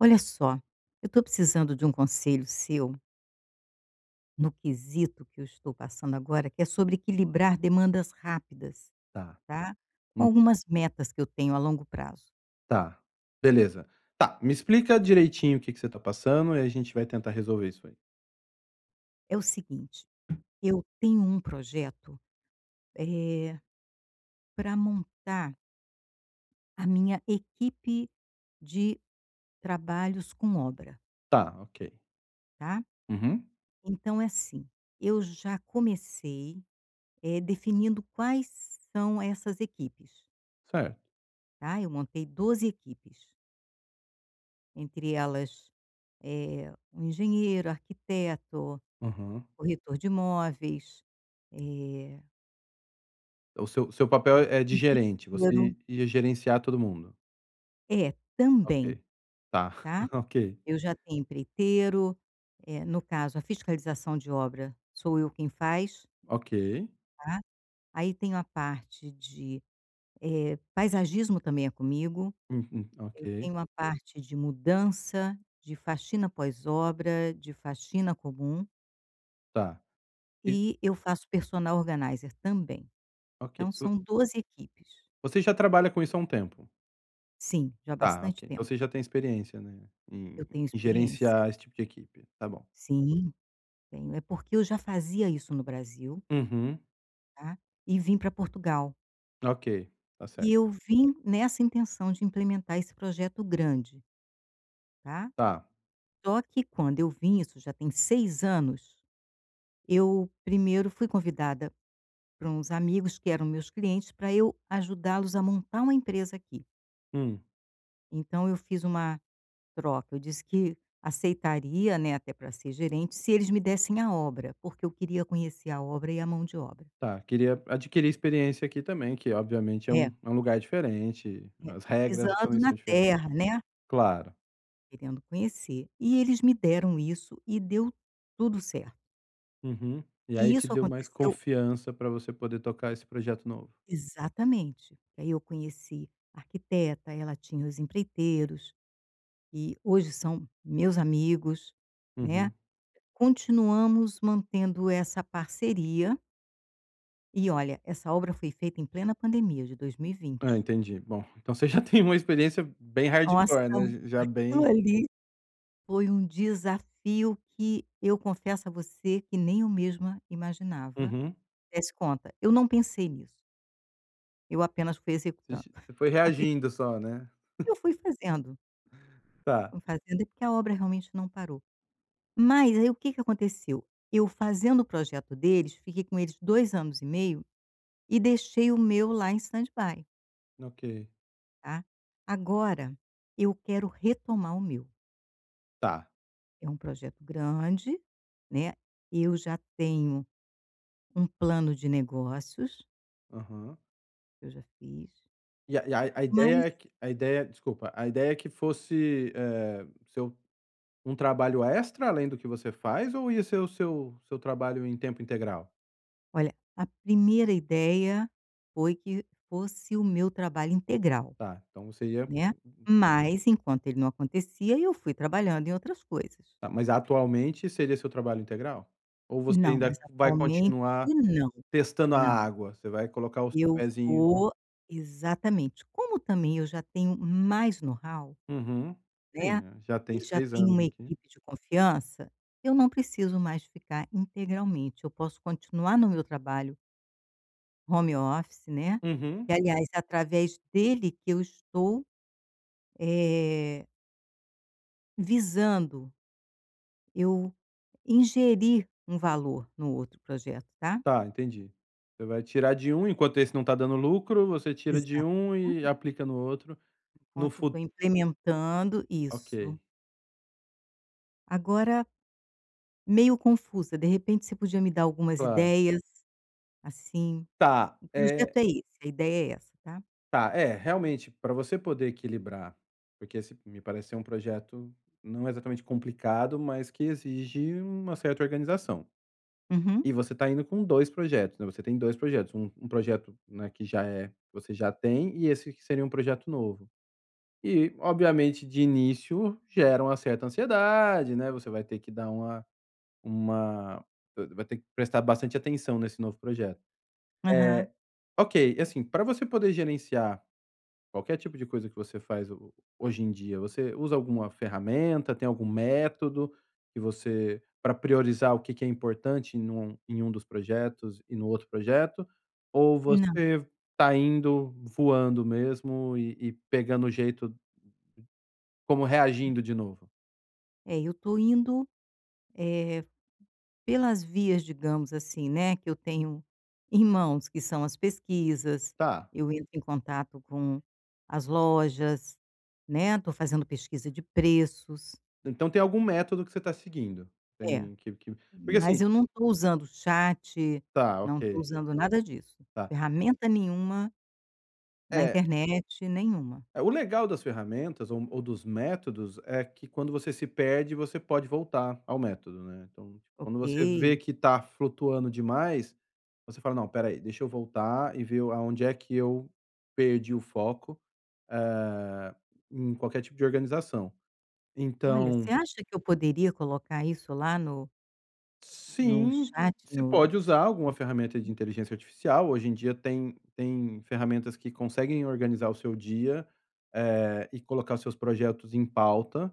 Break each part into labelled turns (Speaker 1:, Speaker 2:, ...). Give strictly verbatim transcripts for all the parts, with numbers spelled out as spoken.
Speaker 1: Olha só, eu estou precisando de um conselho seu no quesito que eu estou passando agora, que é sobre equilibrar demandas rápidas,
Speaker 2: Tá,
Speaker 1: tá, com
Speaker 2: hum,
Speaker 1: algumas metas que eu tenho a longo prazo.
Speaker 2: tá, beleza. Tá, me explica direitinho o que que você tá passando e a gente vai tentar resolver isso aí.
Speaker 1: É o seguinte, eu tenho um projeto, eh, para montar a minha equipe de trabalhos com obra,
Speaker 2: Tá, ok.
Speaker 1: tá.
Speaker 2: Uhum,
Speaker 1: Então é assim, eu já comecei, eh, definindo quais são essas equipes,
Speaker 2: certo.
Speaker 1: tá. Eu montei doze equipes. Entre elas, eh, o engenheiro, arquiteto,
Speaker 2: Aham.
Speaker 1: corretor de imóveis, eh
Speaker 2: O seu seu papel é de gerente,
Speaker 1: empreiteiro.
Speaker 2: você ia gerenciar todo mundo?
Speaker 1: É, também,
Speaker 2: Ok, tá,
Speaker 1: tá.
Speaker 2: ok,
Speaker 1: Eu já tenho empreiteiro, eh, no caso a fiscalização de obra sou eu quem faz,
Speaker 2: ok,
Speaker 1: tá. Aí tenho a parte de, eh, paisagismo também é comigo,
Speaker 2: hum, hum,
Speaker 1: eu
Speaker 2: ok,
Speaker 1: tenho a parte de mudança, de faxina pós-obra, de faxina comum
Speaker 2: tá, e
Speaker 1: e eu faço personal organizer também.
Speaker 2: ok.
Speaker 1: Então
Speaker 2: Vo
Speaker 1: são doze equipes.
Speaker 2: Você já trabalha com isso há um tempo?
Speaker 1: Sim, já há
Speaker 2: Tá,
Speaker 1: bastante
Speaker 2: ok. Então
Speaker 1: tempo.
Speaker 2: você já tem experiência, né, em
Speaker 1: Eu tenho
Speaker 2: em
Speaker 1: experiência.
Speaker 2: gerenciar esse tipo de equipe, tá bom.
Speaker 1: Sim, tenho. É porque eu já fazia isso no Brasil,
Speaker 2: Uhum,
Speaker 1: tá, e vim para Portugal.
Speaker 2: ok, tá
Speaker 1: E
Speaker 2: certo.
Speaker 1: eu vim nessa intenção de implementar esse projeto grande, tá.
Speaker 2: Tá,
Speaker 1: Só que quando eu vim, isso já tem seis anos, eu primeiro fui convidada por uns amigos que eram meus clientes para eu ajudá-los a montar uma empresa aqui.
Speaker 2: hum.
Speaker 1: Então eu fiz uma troca. Eu disse que aceitaria, né, até para ser gerente, se eles me dessem a obra, porque eu queria conhecer a obra e a mão de obra.
Speaker 2: Tá, queria adquirir experiência aqui também, que obviamente é
Speaker 1: É,
Speaker 2: um é um lugar diferente,
Speaker 1: é.
Speaker 2: as regras
Speaker 1: Pisando
Speaker 2: também
Speaker 1: na
Speaker 2: são diferentes.
Speaker 1: terra, né,
Speaker 2: Claro.
Speaker 1: querendo conhecer. E eles me deram isso e deu tudo certo.
Speaker 2: Uhum. E
Speaker 1: E
Speaker 2: aí te
Speaker 1: isso
Speaker 2: deu mais
Speaker 1: aconteceu
Speaker 2: confiança para você poder tocar esse projeto novo.
Speaker 1: exatamente. Aí eu conheci a arquiteta, ela tinha os empreiteiros, e hoje são meus amigos, né.
Speaker 2: Uhum.
Speaker 1: Continuamos mantendo essa parceria. E olha, essa obra foi feita em plena pandemia de
Speaker 2: Ah,
Speaker 1: dois mil e vinte.
Speaker 2: entendi. Bom, então você já tem uma experiência bem
Speaker 1: Nossa,
Speaker 2: hardcore, né, já
Speaker 1: aquilo
Speaker 2: bem
Speaker 1: ali foi um desafio que eu confesso a você que nem eu mesma imaginava.
Speaker 2: uhum.
Speaker 1: Desse conta, eu não pensei nisso, eu apenas fui
Speaker 2: Você
Speaker 1: executando.
Speaker 2: j você foi reagindo só, né.
Speaker 1: Eu fui fazendo,
Speaker 2: Tá,
Speaker 1: fui fazendo, é porque a obra realmente não parou. Mas aí o que que aconteceu? Eu fazendo o projeto deles, fiquei com eles dois anos e meio e deixei o meu lá em stand-by,
Speaker 2: ok.
Speaker 1: tá. Agora eu quero retomar o meu.
Speaker 2: Tá.
Speaker 1: É um projeto grande, né, eu já tenho um plano de negócios,
Speaker 2: Aham.
Speaker 1: que eu já fiz,
Speaker 2: E a e a a
Speaker 1: mas
Speaker 2: ideia é que a ideia desculpa, a ideia é que fosse, eh, seu um trabalho extra além do que você faz ou ia ser o seu seu trabalho em tempo integral?
Speaker 1: olha, a primeira ideia foi que fosse o meu trabalho integral,
Speaker 2: Tá, então você ia
Speaker 1: né, mas enquanto ele não acontecia, eu fui trabalhando em outras coisas.
Speaker 2: tá, mas atualmente seria seu trabalho integral? Ou você
Speaker 1: Não, mas
Speaker 2: ainda vai
Speaker 1: atualmente
Speaker 2: continuar
Speaker 1: não,
Speaker 2: testando a
Speaker 1: não.
Speaker 2: água? Você vai colocar o seu
Speaker 1: Eu
Speaker 2: pezinho
Speaker 1: vou exatamente. Como também eu já tenho mais know-how,
Speaker 2: uhum.
Speaker 1: né,
Speaker 2: Sim, eh, já tem
Speaker 1: e já
Speaker 2: seis
Speaker 1: tem
Speaker 2: anos
Speaker 1: uma
Speaker 2: aqui.
Speaker 1: equipe de confiança, eu não preciso mais ficar integralmente, eu posso continuar no meu trabalho home office, né, que
Speaker 2: Uhum.
Speaker 1: aliás é através dele que eu estou, eh, visando eu ingerir um valor no outro projeto, tá.
Speaker 2: Tá, entendi. Você vai tirar de um, enquanto esse não tá dando lucro, você tira de
Speaker 1: Exato.
Speaker 2: um e aplica no outro. No
Speaker 1: Enquanto estou
Speaker 2: fut
Speaker 1: implementando
Speaker 2: ok,
Speaker 1: isso. Agora, meio confusa, de repente você podia me dar algumas
Speaker 2: claro.
Speaker 1: ideias, assim,
Speaker 2: Tá,
Speaker 1: o projeto
Speaker 2: eh
Speaker 1: é esse, a ideia é essa, tá.
Speaker 2: tá, é, realmente, para você poder equilibrar, porque esse me parece ser um projeto não exatamente complicado, mas que exige uma certa organização.
Speaker 1: Uhum.
Speaker 2: E você está indo com dois projetos, né, você tem dois projetos, um um projeto, né, que já é você já tem, e esse que seria um projeto novo. E, obviamente, de início gera uma certa ansiedade, né, você vai ter que dar uma uma vai ter que prestar bastante atenção nesse novo projeto.
Speaker 1: Aham.
Speaker 2: é ok, assim, para você poder gerenciar qualquer tipo de coisa que você faz ho hoje em dia, você usa alguma ferramenta, tem algum método que você para priorizar o que que é importante num em um dos projetos e no outro projeto, ou
Speaker 1: Não,
Speaker 2: você tá indo voando mesmo e e pegando o jeito como reagindo de novo?
Speaker 1: é, eu tô indo, eh, pelas vias, digamos assim, né, que eu tenho em mãos, que são as pesquisas,
Speaker 2: Tá,
Speaker 1: eu entro em contato com as lojas, né, tô fazendo pesquisa de preços.
Speaker 2: então tem algum método que você tá seguindo?
Speaker 1: É,
Speaker 2: Tem que que porque
Speaker 1: mas
Speaker 2: assim
Speaker 1: eu não tô usando chat,
Speaker 2: tá,
Speaker 1: não tô
Speaker 2: ok,
Speaker 1: usando nada disso.
Speaker 2: tá.
Speaker 1: Ferramenta nenhuma na
Speaker 2: É
Speaker 1: internet, nenhuma.
Speaker 2: É, o legal das ferramentas ou ou dos métodos é que quando você se perde, você pode voltar ao método, né. Então, tipo, quando você vê
Speaker 1: Ok.
Speaker 2: que tá flutuando demais, você fala: "Não, espera aí, deixa eu voltar e ver aonde é que eu perdi o foco, eh, em qualquer tipo de organização".
Speaker 1: Olha, você
Speaker 2: Então
Speaker 1: acha que eu poderia colocar isso lá no no
Speaker 2: sim,
Speaker 1: chat,
Speaker 2: você
Speaker 1: no...
Speaker 2: pode usar alguma ferramenta de inteligência artificial. Hoje em dia tem tem ferramentas que conseguem organizar o seu dia, eh, e colocar os seus projetos em pauta,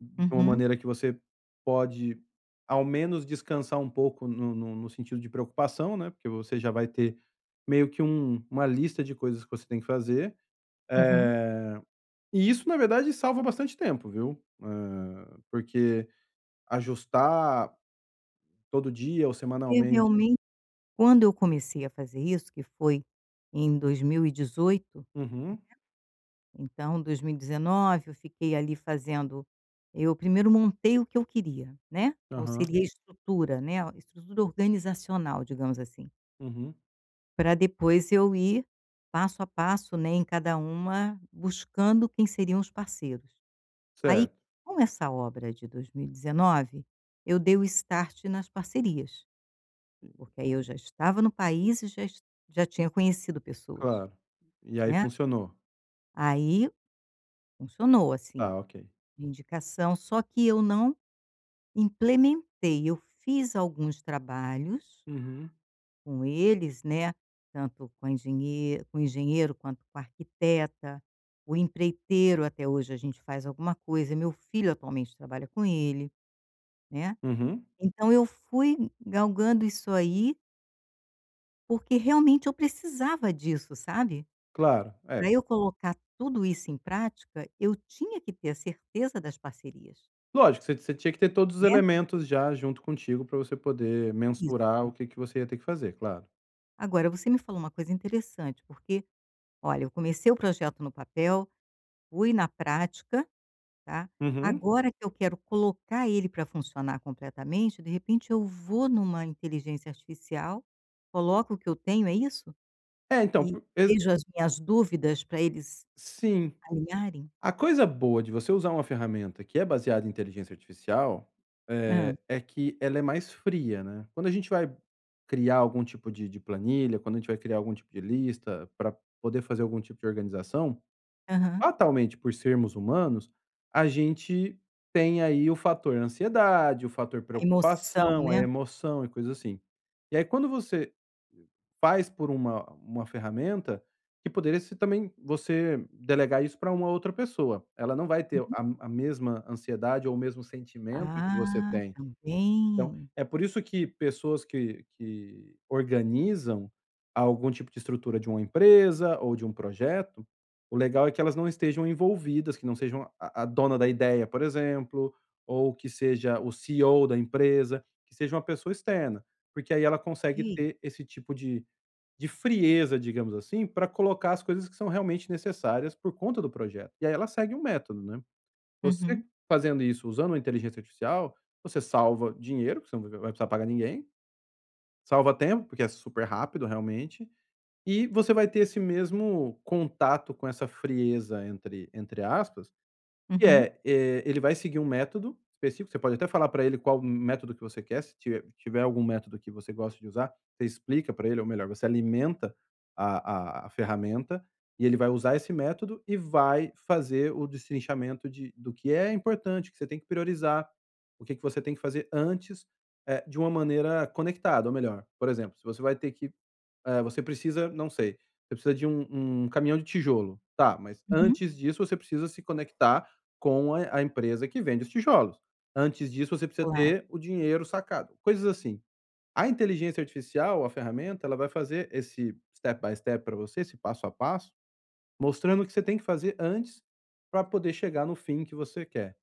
Speaker 2: de uma
Speaker 1: Uhum.
Speaker 2: maneira que você pode, ao menos, descansar um pouco no no no sentido de preocupação, né, porque você já vai ter meio que um uma lista de coisas que você tem que fazer.
Speaker 1: Uhum.
Speaker 2: Eh, e isso, na verdade, salva bastante tempo, viu. Hã, porque ajustar todo dia ou
Speaker 1: E
Speaker 2: semanalmente?
Speaker 1: realmente, quando eu comecei a fazer isso, que foi em dois mil e dezoito,
Speaker 2: Uhum,
Speaker 1: então dois mil e dezenove eu fiquei ali fazendo, eu primeiro montei o que eu queria, né, qual
Speaker 2: aham,
Speaker 1: seria a estrutura, né, a estrutura organizacional, digamos assim,
Speaker 2: uhum,
Speaker 1: para depois eu ir passo a passo, né, em cada uma, buscando quem seriam os parceiros. Aí,
Speaker 2: certo,
Speaker 1: com essa obra de dois mil e dezenove, eu dei o start nas parcerias. Porque aí eu já estava no país e já es já tinha conhecido pessoas,
Speaker 2: claro. E aí
Speaker 1: né.
Speaker 2: funcionou.
Speaker 1: Aí funcionou, assim,
Speaker 2: Tá, ok.
Speaker 1: indicação, só que eu não implementei. Eu fiz alguns trabalhos
Speaker 2: Uhum,
Speaker 1: com eles, né, tanto com a engenhe com o engenheiro quanto com a arquiteta, o empreiteiro até hoje a gente faz alguma coisa, meu filho atualmente trabalha com ele, né.
Speaker 2: uhum,
Speaker 1: Então eu fui galgando isso aí, porque realmente eu precisava disso, sabe?
Speaker 2: claro, é.
Speaker 1: Para eu colocar tudo isso em prática, eu tinha que ter a certeza das parcerias,
Speaker 2: Lógico, você você tinha que ter todos os
Speaker 1: né.
Speaker 2: elementos já junto contigo para você poder mensurar
Speaker 1: Isso.
Speaker 2: o que que você ia ter que fazer, claro.
Speaker 1: Agora você me falou uma coisa interessante, porque, olha, eu comecei o projeto no papel, fui na prática, tá.
Speaker 2: Uhum.
Speaker 1: Agora que eu quero colocar ele para funcionar completamente, de repente eu vou numa inteligência artificial, coloco o que eu tenho, é isso?
Speaker 2: É, então,
Speaker 1: E
Speaker 2: por exa
Speaker 1: vejo as minhas dúvidas para eles
Speaker 2: sim.
Speaker 1: alinharem?
Speaker 2: A coisa boa de você usar uma ferramenta que é baseada em inteligência artificial,
Speaker 1: Hã.
Speaker 2: eh, é que ela é mais fria, né. Quando a gente vai criar algum tipo de de planilha, quando a gente vai criar algum tipo de lista para poder fazer algum tipo de organização,
Speaker 1: Aham.
Speaker 2: fatalmente, por sermos humanos, a gente tem aí o fator ansiedade, o fator
Speaker 1: A emoção,
Speaker 2: preocupação, a
Speaker 1: né.
Speaker 2: emoção e coisas assim. E aí quando você faz por uma uma ferramenta, que poderia ser também você delegar isso para uma outra pessoa. Ela não vai ter a a mesma ansiedade ou o mesmo sentimento que você
Speaker 1: Ah,
Speaker 2: tem. Então,
Speaker 1: também.
Speaker 2: é por isso que pessoas que que organizam algum tipo de estrutura de uma empresa ou de um projeto, o legal é que elas não estejam envolvidas, que não sejam a a dona da ideia, por exemplo, ou que seja o C E O da empresa, que seja uma pessoa externa, porque aí ela consegue
Speaker 1: Ok.
Speaker 2: ter esse tipo de de frieza, digamos assim, para colocar as coisas que são realmente necessárias por conta do projeto. E aí ela segue um método, né. Você
Speaker 1: Uhum,
Speaker 2: fazendo isso usando a inteligência artificial, você salva dinheiro, porque você não vai vai precisar pagar ninguém, salva tempo, porque é super rápido realmente, e você vai ter esse mesmo contato com essa frieza entre entre aspas, e
Speaker 1: uhum,
Speaker 2: é, eh, ele vai seguir um método específico, você pode até falar para ele qual método que você quer, se tiver tiver algum método que você gosta de usar, você explica para ele, ou melhor, você alimenta a a a ferramenta, e ele vai usar esse método e vai fazer o destrinchamento de do que é importante, o que você tem que priorizar, o que que você tem que fazer antes, eh, de uma maneira conectada, ou melhor, por exemplo, se você vai ter que eh, você precisa, não sei, você precisa de um um caminhão de tijolo. Tá, mas
Speaker 1: uhum.
Speaker 2: antes disso você precisa se conectar com a a empresa que vende os tijolos. Antes disso você precisa
Speaker 1: Claro,
Speaker 2: ter o dinheiro sacado, coisas assim. A inteligência artificial, a ferramenta, ela vai fazer esse step by step para você, esse passo a passo, mostrando o que você tem que fazer antes para poder chegar no fim que você quer.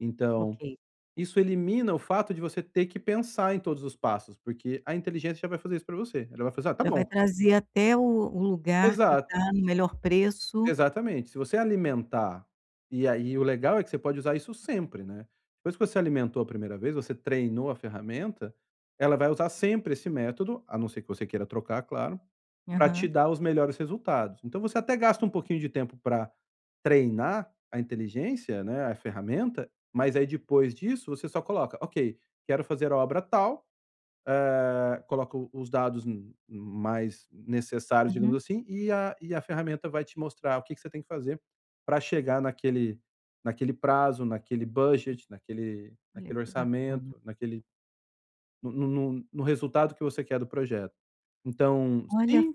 Speaker 2: Então,
Speaker 1: ok.
Speaker 2: isso elimina o fato de você ter que pensar em todos os passos, porque a inteligência já vai fazer isso para você. Ela vai fazer: "Ah, tá
Speaker 1: Já vai
Speaker 2: bom".
Speaker 1: trazer até o o lugar que
Speaker 2: Exato.
Speaker 1: está no melhor preço.
Speaker 2: Exatamente. Se você alimentar e aí o legal é que você pode usar isso sempre, né. Depois que você alimentou a primeira vez, você treinou a ferramenta, ela vai usar sempre esse método, a não ser que você queira trocar, claro, para te
Speaker 1: Aham.
Speaker 2: dar os melhores resultados. Então você até gasta um pouquinho de tempo para treinar a inteligência, né, a ferramenta, mas aí depois disso você só coloca: "Ok, quero fazer a obra tal", eh, coloco os dados m mais necessários, digamos
Speaker 1: Uhum.
Speaker 2: assim, e a e a ferramenta vai te mostrar o que que você tem que fazer para chegar naquele naquele prazo, naquele budget, naquele
Speaker 1: Olha,
Speaker 2: naquele
Speaker 1: que bacana.
Speaker 2: orçamento, naquele no no no no resultado que você quer do projeto. Então,
Speaker 1: Olha,
Speaker 2: sim,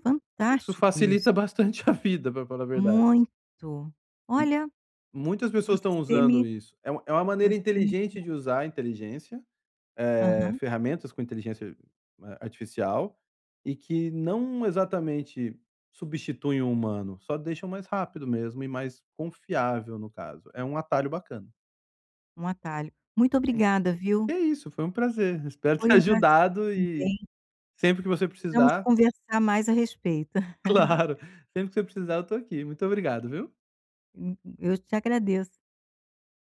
Speaker 2: isso facilita
Speaker 1: isso.
Speaker 2: bastante a vida, para falar a verdade.
Speaker 1: Muito. Olha,
Speaker 2: Muitas pessoas estão
Speaker 1: você
Speaker 2: usando
Speaker 1: me
Speaker 2: isso. É uma é uma maneira
Speaker 1: você me deu,
Speaker 2: inteligente de usar a inteligência eh,
Speaker 1: aham,
Speaker 2: ferramentas com inteligência a artificial e que não exatamente substituem o humano, só deixam mais rápido mesmo e mais confiável, no caso. É um atalho bacana.
Speaker 1: um atalho. Muito
Speaker 2: Sim.
Speaker 1: obrigada, viu.
Speaker 2: Que é isso, foi um prazer. Espero
Speaker 1: Foi
Speaker 2: ter
Speaker 1: um prazer
Speaker 2: ajudado e
Speaker 1: também.
Speaker 2: sempre que você
Speaker 1: Precisamos
Speaker 2: precisar
Speaker 1: conversar mais a respeito.
Speaker 2: claro, sempre que você precisar eu estou aqui. Muito obrigado, viu?
Speaker 1: Eu te agradeço.